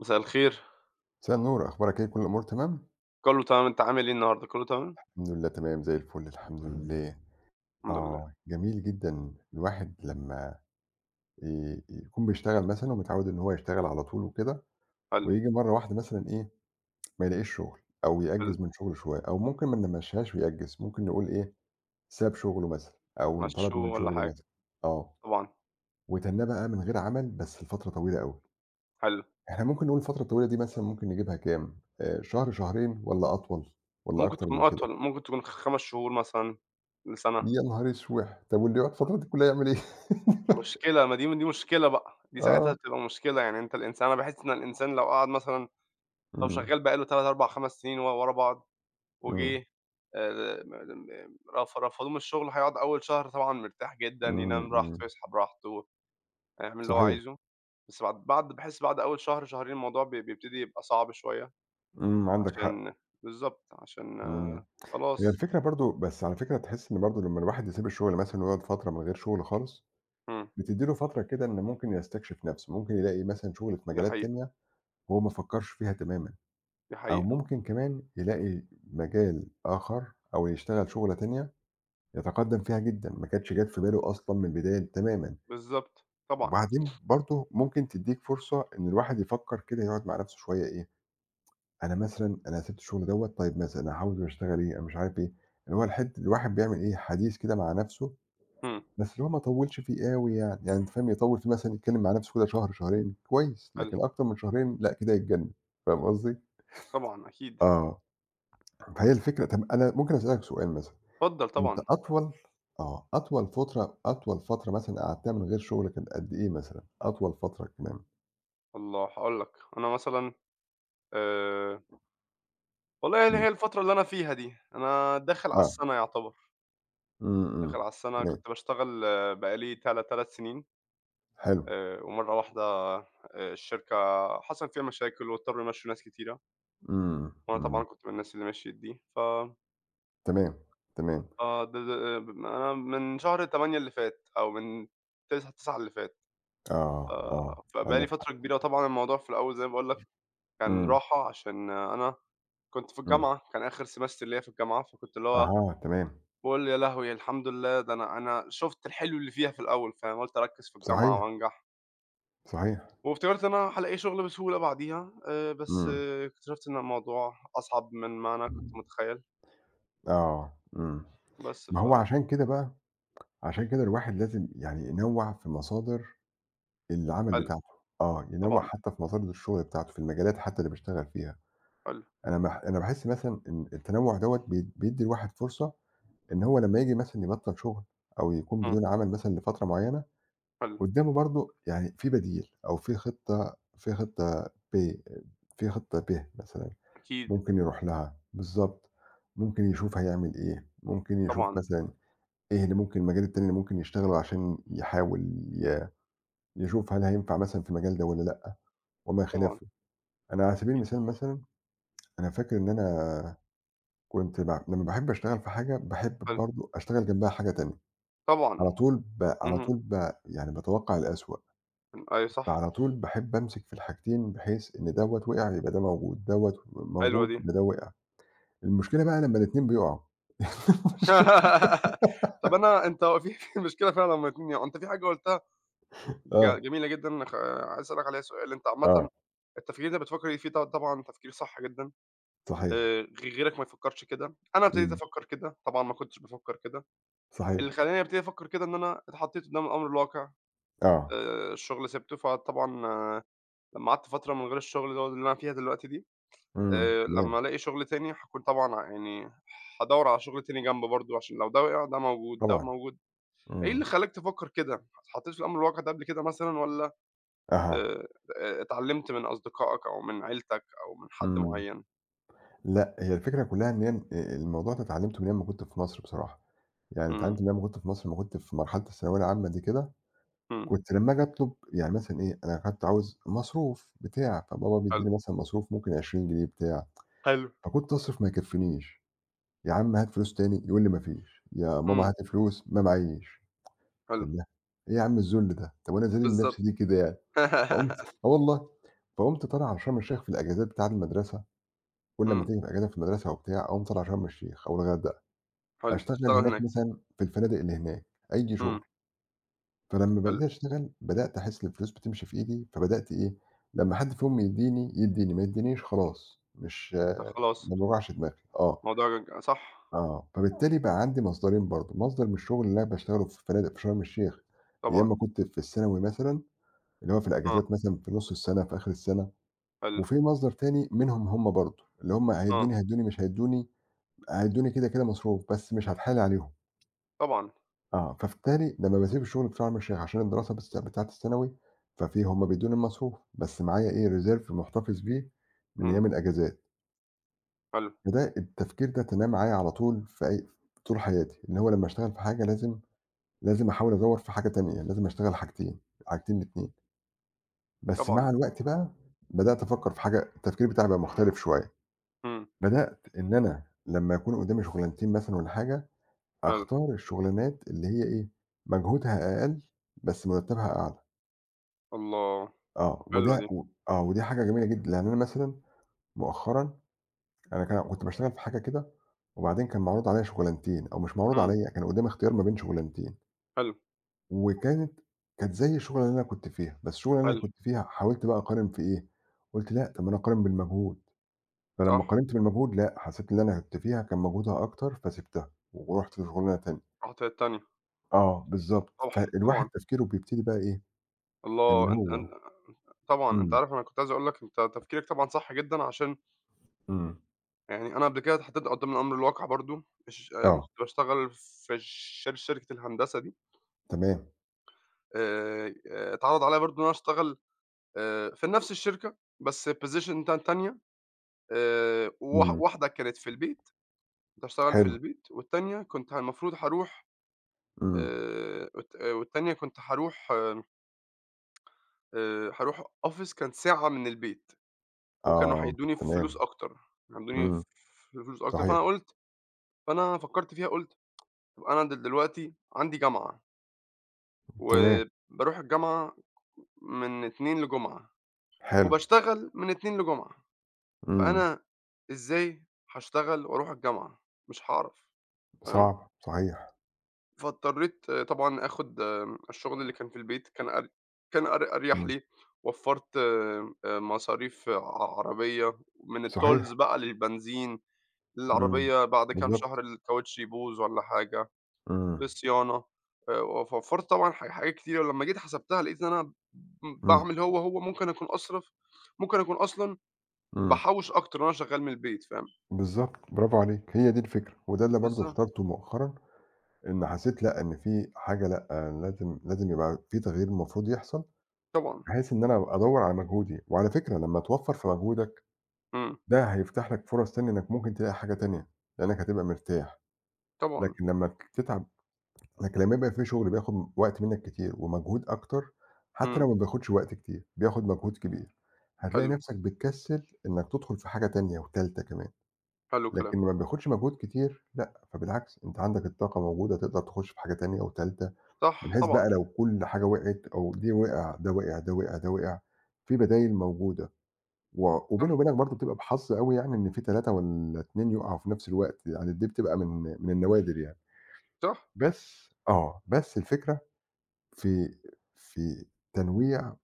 مساء الخير، مساء النور، أخبارك إيه، كل الأمور تمام؟ كله تمام، أنت عامل إيه النهارده، كله تمام؟ الحمد لله تمام زي الفل، الحمد لله. الحمد لله. آه، جميل جدًا الواحد لمّا يكون بيشتغل مثلًا ومتعوّد إن هو يشتغل على طول وكده، حلو. وييجي مرّة واحدة مثلًا إيه، ما يلاقيش شغل أو حلو، يأجّز من شغله شوية أو ممكن ما نمشّيهاش ويأجّز، ممكن نقول إيه، ساب شغله مثلًا أو مش انطرد شهور من ولا شغله حاجة. مثلًا، آه، طبعًا. وتنّاه بقى من غير عمل بس لفترة طويلة أوي. حلو، إحنا ممكن نقول الفترة الطويلة دي مثلًا ممكن نجيبها كام، شهر، شهرين والّا أطول والّا ممكن أكتر تكون من كده؟ أطول، ممكن تكون 5 شهور مثلًا لسَنة. يا نهار أسوح! طب واللي يقعد الفترة دي كلّها يعمل إيه؟ مشكلة، ما دي مشكلة بقى، دي ساعتها آه، بتبقى مشكلة، يعني أنت الإنسان، أنا باحس إن الإنسان لو قعد مثلًا، لو إمم، شغال بقى له 3، 4، 5 سنين ورا بعض إمم، وجه م م رف رفضوه من الشغل، هيقعد أول شهر طبعًا مرتاح جدًا، إمم، ينام إمم، براحته، يصحى براحته، هيعمل اللي هو صحيح، عايزه. بس بعد باحس، بعد أول شهر، شهرين، الموضوع بيبتدي يبقى صعب شوية عندك حق، عشان، بالضبط، عشان إمم، آه، هي خلاص. الفكرة برضه بس على فكرة تحس إن برضه لمّا الواحد يسيب الشغل مثلًا ويقعد فترة من غير شغل خالص، إمم. بتدّي له فترة كده إن ممكن يستكشف نَفْسه، ممكن يلاقي مثلًا شغل في دي مجالات حقيقة. تانية هو ما فكّرش فيها تمامًا، دي أو حقيقة. ممكن كمان يلاقي مجال آخر أو يشتغل شُغلة تانية يتقدّم فيها جدًا، ما كانتش جات في باله أصلًا من البداية تمامًا. بالضبط، طبعًا. وبعدين برضه ممكن تدّيك فرصة إن الواحد يفكّر كده يقعد مع نَفْسه شوية إيه، أنا مثلًا أنا سِبت الشغل دوّة، طيب مثلًا هاحاول أشتغل إيه، أنا مش عارف إيه، اللي هو الحد الواحد بيعمل إيه، حديث كده مع نَفْسه، إمم. بس اللي هو ما يطوّلش فيه أوي يعني، يعني أنت فاهم يطوّل فيه مثلًا يتكلّم مع نَفْسه كده شهر، شهرين كويس، حلو. لكن أكتر من شهرين لأ كده يتجنّن، فاهم قصدي؟ طبعًا أكيد. آه، فهي الفكرة طَب أنا ممكن أسألك سؤال مثلًا، اتفضل أنت طبعًا. أطول آه، أطول فترة مثلًا قعدتها من غير شغل كانت قد إيه مثلًا؟ أطول فترة كمان؟ الله هاقول لك، أنا مثلًا آآ، والله اللي إمم، هي الفترة اللي أنا فيها دي، أنا داخل على آه. السَنة يعتبر، إمم، إمم، داخل على السَنة. تمام، كنت باشتغل، آه، بقى لي 3 سنين، حلو، ومرّة واحدة الشركة حصل فيها مشاكل واضطروا يمشّوا ناس كتيرة، إمم، وأنا إمم. طبعًا كنت من الناس اللي مشيِت دي، ف تمام، تمام، آه، د د أنا من شهر 8 اللي فات أو من 9 اللي فات. آه، آه، فبقى عندك لي فترة حق. كبيرة، وطبعًا الموضوع في الأول زي ما باقول لك كان إمم، راحة عشان أنا كنت في إمم. الجامعة، كان آخر semester ليّا في الجامعة، فكنت اللي هو أها، تمام، باقول يا لهوي الحمد لله، ده أنا شُفت الحلو اللي فيها في الأول، فاهم، قُلت أركّز في الجامعة صحيح، وأنجح، صحيح. وافتكرت إن أنا هالاقي شغل بسهولة بعديها. بس إمم. آه، اكتشفت إن الموضوع أصعب من ما أنا كنت متخيّل. آه. بس ما ف هو عشان كده بقى، عشان كده الواحد لازم يعني ينوّع في مصادر العمل حلو. بتاعته، آه، ينوّع طبعًا. حتى في مصادر الشغل بتاعته، في المجالات حتى اللي بيشتغل فيها، حلو. أنا باحس مثلًا إن التنوّع دوّة بيدّي الواحد فرصة إن هو لمّا ييجي مثلًا يبطّل شغل أو يكون إمم. بدون عمل مثلًا لفترة معيّنة حلو. قدّامه برضه يعني في بديل أو في خطة ب مثلًا أكيد. ممكن يروح لها، بالضبط، ممكن يشوف هيعمل إيه، ممكن يشوف طبعًا. مثلًا إيه اللي ممكن المجال التاني اللي ممكن يشتغله عشان يحاول ي يشوف هل هينفع مثلًا في المجال ده والّا لأ وما طبعًا. خلافه. أنا على سبيل أكيد. المثال مثلًا أنا فاكر إن أنا كنت ب لمّا باحب أشتغل في حاجة باحب حلو. برضه أشتغل جنبها حاجة تانية، على طبعًا. طول ب على اهم. طول ب يعني باتوقع الأسوأ. أيوه فعلى صح. طول باحب أمسك في الحاجتين، بحيث إن دوّة وقع يبقى ده موجود، دوّة حلوة موجود دي. يبقى ده وقع. المشكلة بقى لمّا الاتنين بيقعوا. طب أنا أنت هو في في مشكلة فعلًا هُم الاتنين يقعوا. أنت في حاجة قُلتها آه، جميلة جدًا، عايز أسألك عليها سؤال، أنت آه، عامةً التفكير ده بتفكّر فيه، طبعًا تفكير صح جدًا. صحيح، غ غيرك ما يفكّرش كده، أنا ابتديت إمم، أفكّر كده، طبعًا ما كنتش بافكّر كده. اللي صحيح، خلّاني أبتدي أفكّر كده إن أنا اتحطيت قدّام الأمر الواقع. آه، الشغل سِبته، فطبعًا لمّا قعدت فترة من غير الشغل، اللي هو اللي أنا فيها دلوقتي دي، تمام، لمّا ألاقي شغل تاني، هاكون طبعًا يعني هادوّر على شغل تاني جنبه برضه، عشان لو ده وقع ده موجود، ده طبعًا، موجود. إيه إمم، اللي خلّاك تفكّر كده؟ اتحطّيت في الأمر الواقع ده قبل كده مثلًا، والّا أها، آآ اتعلّمت من أصدقائك أو من عيلتك أو من حد إمم. معيّن؟ لأ، هي الفكرة كلّها إن هي الموضوع ده اتعلّمته من أيام ما كنت في مصر بصراحة، يعني إمم. اتعلّمت من أيام ما كنت في مصر، لمّا كنت في مرحلة الثانوية العامة دي كده، إمم. كنت لمّا آجي أطلب يعني مثلًا إيه، أنا كنت عاوز مصروف بتاع، فبابا حلو. بيدّيني مثلًا مصروف ممكن 20 جنيه بتاع. حلو. فكنت أصرف ما يكفّينيش، يا عم هات فلوس تاني، يقول لي: "ما فيش." "يا ماما إمم. هاتي فلوس." "ما معييش." حلو. قُلت لها: "إيه يا عم الذل ده، طب وأنا أذلّل نفسي بالضبط. ليه كده يعني؟" فقُمت آه والله، فقُمت طالع على شرم الشيخ في الأجازات بتاعة المدرسة، كل أمّا إمم. تيجي الأجازة في المدرسة وبتاع، أقوم طالع شرم الشيخ أو الغردقة، حلو، أشتغل تشتغل هناك هناك. مثلًا في الفنادق اللي هناك، أي إمم. شغل، فلمّا بقيت حلو. أشتغل بدأت أحس إن الفلوس بتمشي في إيدي، فبدأت إيه، لمّا حد فيهم يدّيني، يدّيني، ما يدّينيش خلاص، مش أنت خلاص. ما باوجعش دماغي، آه. الموضوع صح. آه، فبالتالي بقى عندي مصدرين برضه، مصدر من الشغل اللي أنا باشتغله في فنادق في شرم الشيخ، أيام طبعًا. ما كنت في الثانوي مثلًا، اللي هو في آه. الأجازات مثلًا في نُص السنة، في آخر السنة، حلو. وفي مصدر تاني منهم هم برضه، اللي هم آه. هيدّوني، هيدّوني، مش هيدّوني، هيدّوني كده، كده مصروف، بس مش هاتحايل عليهم. طبعًا. آه، فبالتالي لمّا باسيب الشغل في شرم الشيخ عشان الدراسة بس بتاعة الثانوي، ففي هم بيدّوني المصروف، بس معايا إيه، reserve محتفظ بيه من إمم. أيام الأجازات. حلو. فده التفكير ده تناه معايا على طول في أي طول حياتي، إن هو لمّا أشتغل في حاجة لازم أحاول أدوّر في حاجة تانية، يعني لازم أشتغل حاجتين، حاجتين الاتنين، بس طبعًا. مع الوقت بقى بدأت أفكّر في حاجة التفكير بتاعي بقى مختلف شوية، إمم. بدأت إن أنا لمّا يكون قدّامي شغلانتين مثلًا والّا حاجة، حلو. أختار الشغلانات اللي هي إيه، مجهودها أقل بس مرتّبها أعلى، الله. آه، حلوة وده دي. و آه، ودي حاجة جميلة جدًا، يعني أنا مثلًا مؤخرًا أنا كان كنت باشتغل في حاجة كده وبعدين كان معروض عليّا شغلانتين أو مش معروض إمم. عليّا، كان قدّامي اختيار ما بين شغلانتين. حلو. وكانت كانت زي الشغلة اللي أنا كنت فيها، بس الشغلة اللي أنا حلو. كنت فيها حاولت بقى أقارن في إيه، قُلت لأ، طب ما أنا أقارن بالمجهود، صح. فلمّا قارنت بالمجهود لأ، حسيت إن اللي أنا كنت فيها كان مجهودها أكتر فسِبتها، ورُحت لشغلانة تانية. رُحت للتانية. آه، بالضبط، صح، فالواحد طبعًا. تفكيره بيبتدي بقى إيه، اللي الله! أنت هو أن طبعًا، أنت إمم، عارف أنا كنت عايز أقول لك أنت تفكيرك طبعًا صح جدًا، عشان إمم، يعني أنا قبل كده اتحطيت قدّام الأمر الواقع برضه. لمّا آه، كنت باشتغل في شركة الهندسة دي، تمام، آآ، اتعرض عليَّ برضه إن أنا أشتغل في نفس الشركة بس position تانية. إمم، واحدة كانت في البيت، كنت هاشتغل في حلو، البيت، والتانية كنت المفروض هاروح إمم، والتانية كنت هاروح آآ هاروح office كانت ساعة من البيت، وكانوا آه، هيدّوني فلوس تمام، أكتر، هيدّوني إمم، ف فلوس أكتر. صحيح، فأنا قُلت، فأنا فكّرت فيها قُلت، طب أنا دلوقتي عندي جامعة، تمام، وباروح الجامعة من إتنين لجمعة، حلو، وباشتغل من إتنين لجمعة، إمم، فأنا إزاي هاشتغل وأروح الجامعة؟ مش هاعرف، فاهم؟ صعب، صحيح، فاضطريت، آه، طبعًا آخُد الشغل اللي كان في البيت، كان أر كان أر أريح إمم، لي، وفّرت مصاريف عربية، من صحيح، الtolls بقى للبنزين، إمم، للعربية بعد كام شهر بالضبط، الكاوتش يبوظ والّا حاجة، إمم، للصيانة، وف وفّرت طبعًا حاجات كتيرة. ولمّا جيت حسبتها لقيت إن أنا إمم. باعمل، هو، هو ممكن أكون أصرف، ممكن أكون أصلًا إمم. باحوّش أكتر وأنا شغّال من البيت، فاهم؟ بالضبط، برافو عليك، هي دي الفكرة، وده اللي برضه بالضبط. اخترته مؤخرًا، إن حسيت لأ، إن في حاجة لأ، لازم يبقى في تغيير المفروض يحصل، طبعًا. بحيث إن أنا أدوّر على مجهودي، وعلى فكرة لمّا توفّر في مجهودك، إمم. ده هيفتح لك فرص تانية إنك ممكن تلاقي حاجة تانية، لإنك هتبقى مرتاح، طبعًا. لكن لمّا ت تتعب لكن لمّا يبقى في شغل بياخد وقت منك كتير ومجهود أكتر، حتى لو إمم. ما بياخدش وقت كتير، بياخد مجهود كبير، هتلاقي حلو. نفسك بتكسّل إنك تدخل في حاجة تانية وتالتة كمان. حلو الكلام. لكن ما بياخدش مجهود كتير لأ، فبالعكس أنت عندك الطاقة موجودة تقدر تخش في حاجة تانية و3 صح بحيث طبعًا. بقى لو كل حاجة وقعت أو دي وقع، ده وقع، ده وقع، ده وقع، في بدايل موجودة و وبيني صح. وبينك برضه بتبقى بحظ أوي يعني إن في 3 والّا 2 يقعوا في نفس الوقت، يعني دي بتبقى من النوادر يعني. صح. بس آه، بس الفكرة في في تنويع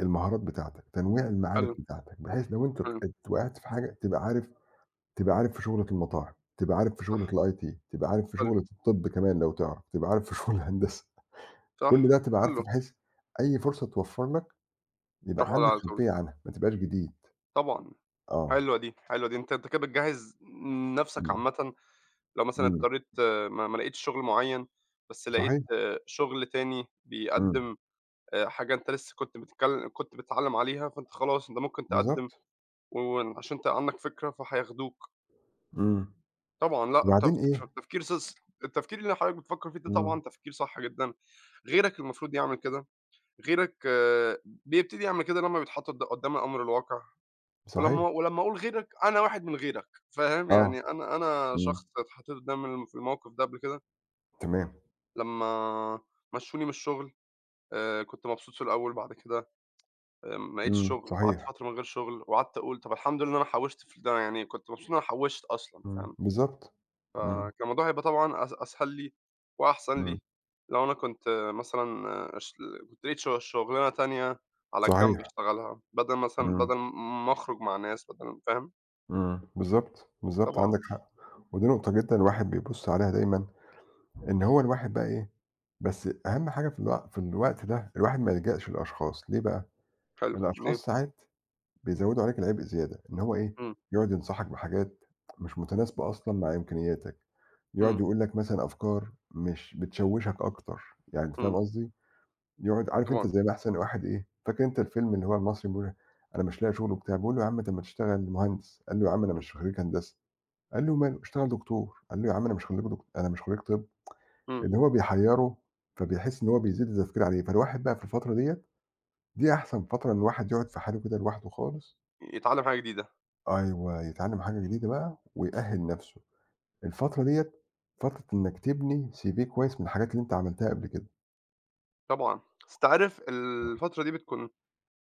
المهارات بتاعتك، تنويع المعارف حلو. بتاعتك، بحيث لو أنت حلو. وقعت في حاجة تبقى عارف تبقى عارف في شُغلة المطاعم، تبقى عارف في شُغلة صح. أيوه. الIT، تبقى عارف في حلو. شُغلة الطِب كمان لو تعرف، تبقى عارف في شُغل الهندسة، كل ده صح، تبقى كله. عارفه بحيث أي فرصة تتوفّر لك يبقى تروح على عندك على طول. خلفية عنها، ما تبقاش جديد. طبعًا. آه، حلوة دي. حلوة دي. أنت كده بتجهّز نَفْسك إمم، عامةً، لو مثلًا إمم، اضطريت، آه، ما ما لقيتش شغل معيّن، بس لقيت صحيح، آه، شغل تاني إمم، بيقدّم حاجة أنت لسه كنت بتتعلّم عليها، فأنت خلاص أنت ممكن تقدّم، بالضبط، وعشان أنت عندك فكرة فهياخدوك. إمم، طبعًا لأ. تف وبعدين إيه تفكير ص التفكير اللي حضرتك بتفكّر فيه ده إمم، طبعًا تفكير صح جدًا، غيرك المفروض يعمل كده. غيرك آه، بيبتدي يعمل كده لمّا بيتحط قدّام الأمر الواقع. صحيح، ولمّا أقول غيرك، أنا واحد من غيرك، فاهم؟ آه، يعني أنا إمم، شخص اتحطيت قدّام في الموقف ده قبل كده. تمام، لمّا مشّوني من الشغل، كنت مبسوط في الأول، بعد كده ما لقيتش شغل وقعدت صحيح، فترة من غير شغل، وقعدت أقول طب الحمد لله إن أنا حوّشت في ده، يعني كنت مبسوط إن أنا حوّشت أصلًا، فاهم؟ بالضبط، إمم، فكان الموضوع هيبقى طبعًا أسهل لي وأحسن إمم، لي، لو أنا كنت مثلًا اش كنت لقيت شغلانة تانية على الجنب صحيح، اشتغلها، بدل مثلًا، إمم، بدل ما أخرج مع ناس، بدل، فاهم؟ إمم، بالضبط، بالضبط عندك طبعًا. حق، ودي نقطة جدًا الواحد بيبُص عليها دايمًا، إن هو الواحد بقى إيه بس أهم حاجة في الوقت ده الواحد ما يلجأش للأشخاص، ليه بقى؟ حلو. إيه؟ الأشخاص ساعات بيزوّدوا عليك العبء زيادة، إن هو إيه، إمم. يقعد ينصحك بحاجات مش متناسبة أصلًا مع إمكانياتك، يقعد إمم. يقول لك مثلًا أفكار مش بتشوّشك أكتر، يعني أنت فاهم إمم. قصدي؟ يقعد عارف أنت طبعًا. زي ما أحسن واحد إيه، فاكر أنت الفيلم اللي هو المصري بيقول أنا مش لاقي شغل وبتاع، بيقول له: "يا عم طب ما تشتغل مهندس." قال له: "يا عم أنا إمم. مش خريج هندسة." قال له: "وماله، اشتغل دكتور." قال له: "يا عم أنا مش خريج دك أنا مش خريج طب." إمم. إن هو بيحيّره، فبيحس إن هو بيزيد التفكير عليه، فالواحد بقى في الفترة ديّة، دي أحسن فترة إن الواحد يقعد في حاله كده لوحده خالص يتعلم حاجة جديدة. أيوه، يتعلّم حاجة جديدة بقى ويأهِّل نَفْسه، الفترة ديّة فترة إنّك تبني CV كويس من الحاجات اللي أنت عملتها قبل كده. طبعًا. بس أنت عارف الفترة دي بتكون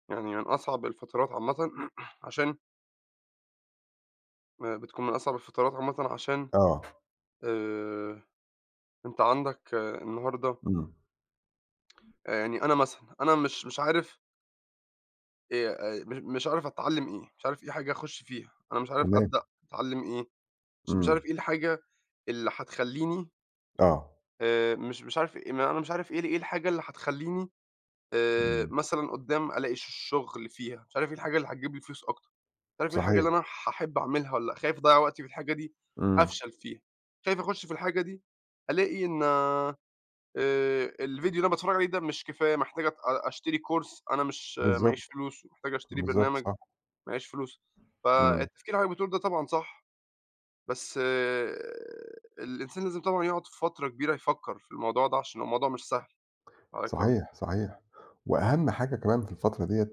يعني من أصعب الفترات عامةً. عشان بتكون من أصعب الفترات عامةً، عشان آه، آآ أنت عندك، آه، النهارده إمم، يعني أنا مثلًا، أنا مش عارف مش مش عارف أتعلّم إيه، مش عارف إيه حاجة أخُش فيها، أنا مش عارف تمام، أبدأ أتعلّم إيه، مش إمم، عارف إيه الحاجة اللي هتخلّيني آه، مش عارف إيه ال إيه الحاجة اللي هتخلّيني إمم، مثلًا قُدّام ألاقي شُغل فيها، مش عارف إيه الحاجة اللي هتجيب لي فلوس أكتر، مش عارف إيه الحاجة اللي صحيح، أنا هاحب أعملها والّا لأ، خايف أضيّع وقتي في الحاجة دي إمم، أفشل فيها، خايف أخُش في الحاجة دي ألاقي إن الفيديو اللي أنا باتفرّج عليه ده مش كفاية، محتاج أت أ أشتري course، أنا مش بالضبط، معييش فلوس ومحتاج أشتري بالضبط، برنامج، صح، معياش فلوس. إمم، فالتفكير اللي حضرتك بتقوله ده طبعًا صح، بس الإنسان لازم طبعًا يقعد فترة كبيرة يفكّر في الموضوع ده عشان الموضوع مش سهل، حضرتك فاهم؟ صحيح، صحيح، وأهَم حاجة كمان في الفترة ديّة،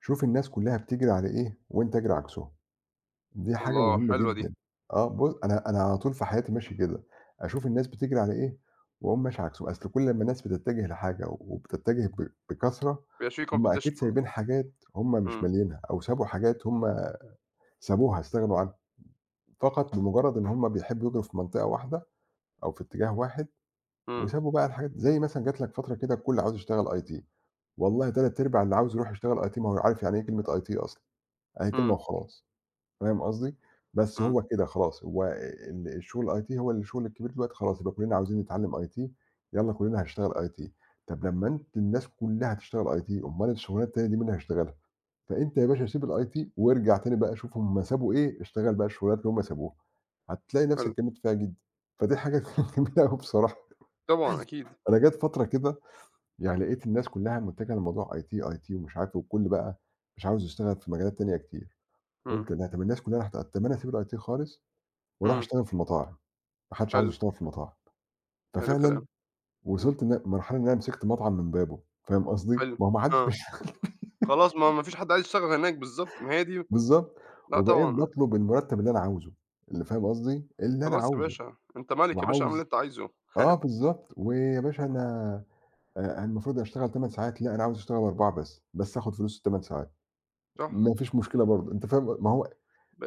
شوف الناس كُلّها بتجري على إيه وأنت اجري عكسهم. دي حاجة الله! مهمة حلوة دي. ما جدًا. آه، بُص أنا أنا على طول في حياتي ماشي كده، أشوف الناس بتجري على إيه وأقوم ماشي عكسهم، أصل كل لمّا الناس بتتجه لحاجة وبتتجه بكثرة، بيبقاش في هم competition أكيد كمان. سايبين حاجات هم مش إمم. ماليينها أو سابوا حاجات هم سابوها، استغنوا عنها، فقط بمجرد إن هم بيحبوا يجروا في منطقة واحدة أو في اتجاه واحد إمم. وسابوا بقى الحاجات زي مثلًا جات لك فترة كده الكل عاوز يشتغل IT والله تلات أرباع اللي عاوز يروح يشتغل IT ما هو عارف يعني إيه كلمة IT أصلًا، أهي كلمة إمم. وخلاص. فاهم قصدي؟ بس إمم. هو كده خلاص، هو الشغل الIT هو الشغل الكبير دلوقتي خلاص يبقى كلّنا عاوزين نتعلّم IT يالّا كلّنا هنشتغل IT طَب لمّا أنت الناس كلّها هتشتغل IT أُمّال الشغلانات التانية دي مين هيشتغلها؟ فأنت يا باشا سيب الIT وارجع تاني بقى شوف هُم سابوا إيه، اشتغل بقى الشغلانات اللي هُم سابوها، هتلاقي حلو. نَفْسك جامد فيها جدًا، فدي حاجة كانت جميلة أوي بصراحة، طبعًا أكيد. أنا جات فترة كده يعني لقيت الناس كلّها متجهة لموضوع IT ومش عارف إيه والكل بقى مش عاوز يشتغل في مجالات تانية كتير، إمم. قُلت لأ طَب الناس كلّها هت طَب ما أنا أسيب الIT خالص وأروح إمم. أشتغل في المطاعم، ما حدش عاوز حلو. يشتغل في المطاعم، حلو ففعلًا الكلام. وصلت مرحلة إن أنا مسكت مطعم من بابه، فاهم قصدي؟ حلو. ما هو ما حدش آه. بيشتغل خلاص، ما هو ما فيش حد عايز يشتغل هناك بالضبط، ما هي دي. بالضبط، لأ وبقيت طبعًا. باطلب المرتب اللي أنا عاوزه، اللي فاهم قصدي؟ اللي أنا خلاص يا عاوزه، باشا، أنت مَلِك يا باشا، اعمل اللي وعاوز أنت عايزه. آه بالضبط، ويا باشا أنا المفروض أشتغل 8 ساعات، لأ أنا عاوز أشتغل 4 بس، بس آخد فلوس ال8 ساعات، صح. ما فيش مشكلة برضه، أنت فاهم ما هو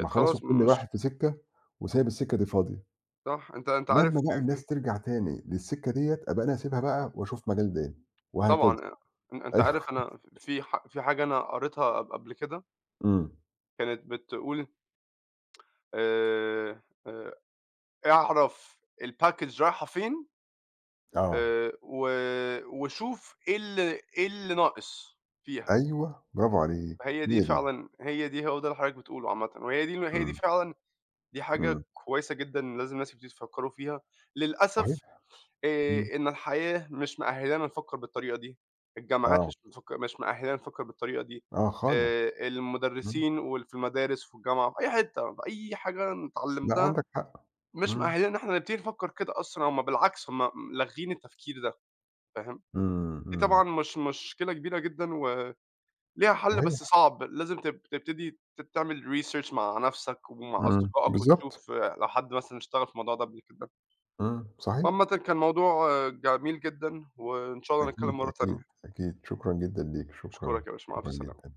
ما خلاص خلاص وكل واحد مش. في سكة وسايب السكة دي فاضية، صح. أنت عارف لمّا بقى في في. الناس ترجع تاني للسكة ديّة أبقى أنا هاسيبها بقى وأشوف مجال تاني، وهكذا. طبعًا. أ أن أنت أيوه. عارف أنا في في حاجة أنا قريتها قبل كده، إمم، كانت بتقول آآ، آآ، اعرف الpackage رايحة فين، آه. و وشوف إيه إيه اللي ناقص فيها. أيوه، برافو عليك، فهي دي هي دي. فعلًا، هي دي هو ده اللي حضرتك بتقوله عامةً، وهي دي، هي دي إمم، فعلًا دي إمم. حاجة كويسة جدًا لازم الناس يبتدوا يفكّروا فيها. صحيح، للأسف إمم، إن الحياة مش مأهّلانا نفكّر بالطريقة دي، الجامعات آه، مش مأهّلانا نفكّر بالطريقة دي، آه خالص. إمم. المُدرّسين في المدارس وفي الجامعة في أي حتّة، في أي حاجة أنا لأ، اتعلّمتها عندك حق. مش إمم. مأهّلانا إن إحنا نبتدي نفكّر كده أصلًا، هم بالعكس هم لاغيين التفكير ده، فاهم؟ إمم، دي إمم. طبعًا مش مشكلة كبيرة جدًا وليها حَل صحيح، بس صعب، لازم تبتدي تعمل research مع نَفْسك ومع أصدقائك بالضبط. وتشوف آه، لو حد مثلًا اشتغل في الموضوع ده قبل كده. صحيح، وعامةً كان موضوع آه، جميل جدًا، وإن شاء الله نتكلّم أكيد، مرّة تانية. أكيد، أكيد. شكرًا جدًا ليك، شكرًا، أشكرك يا باشا، مع ألف شكرًا جدًا. سلامة.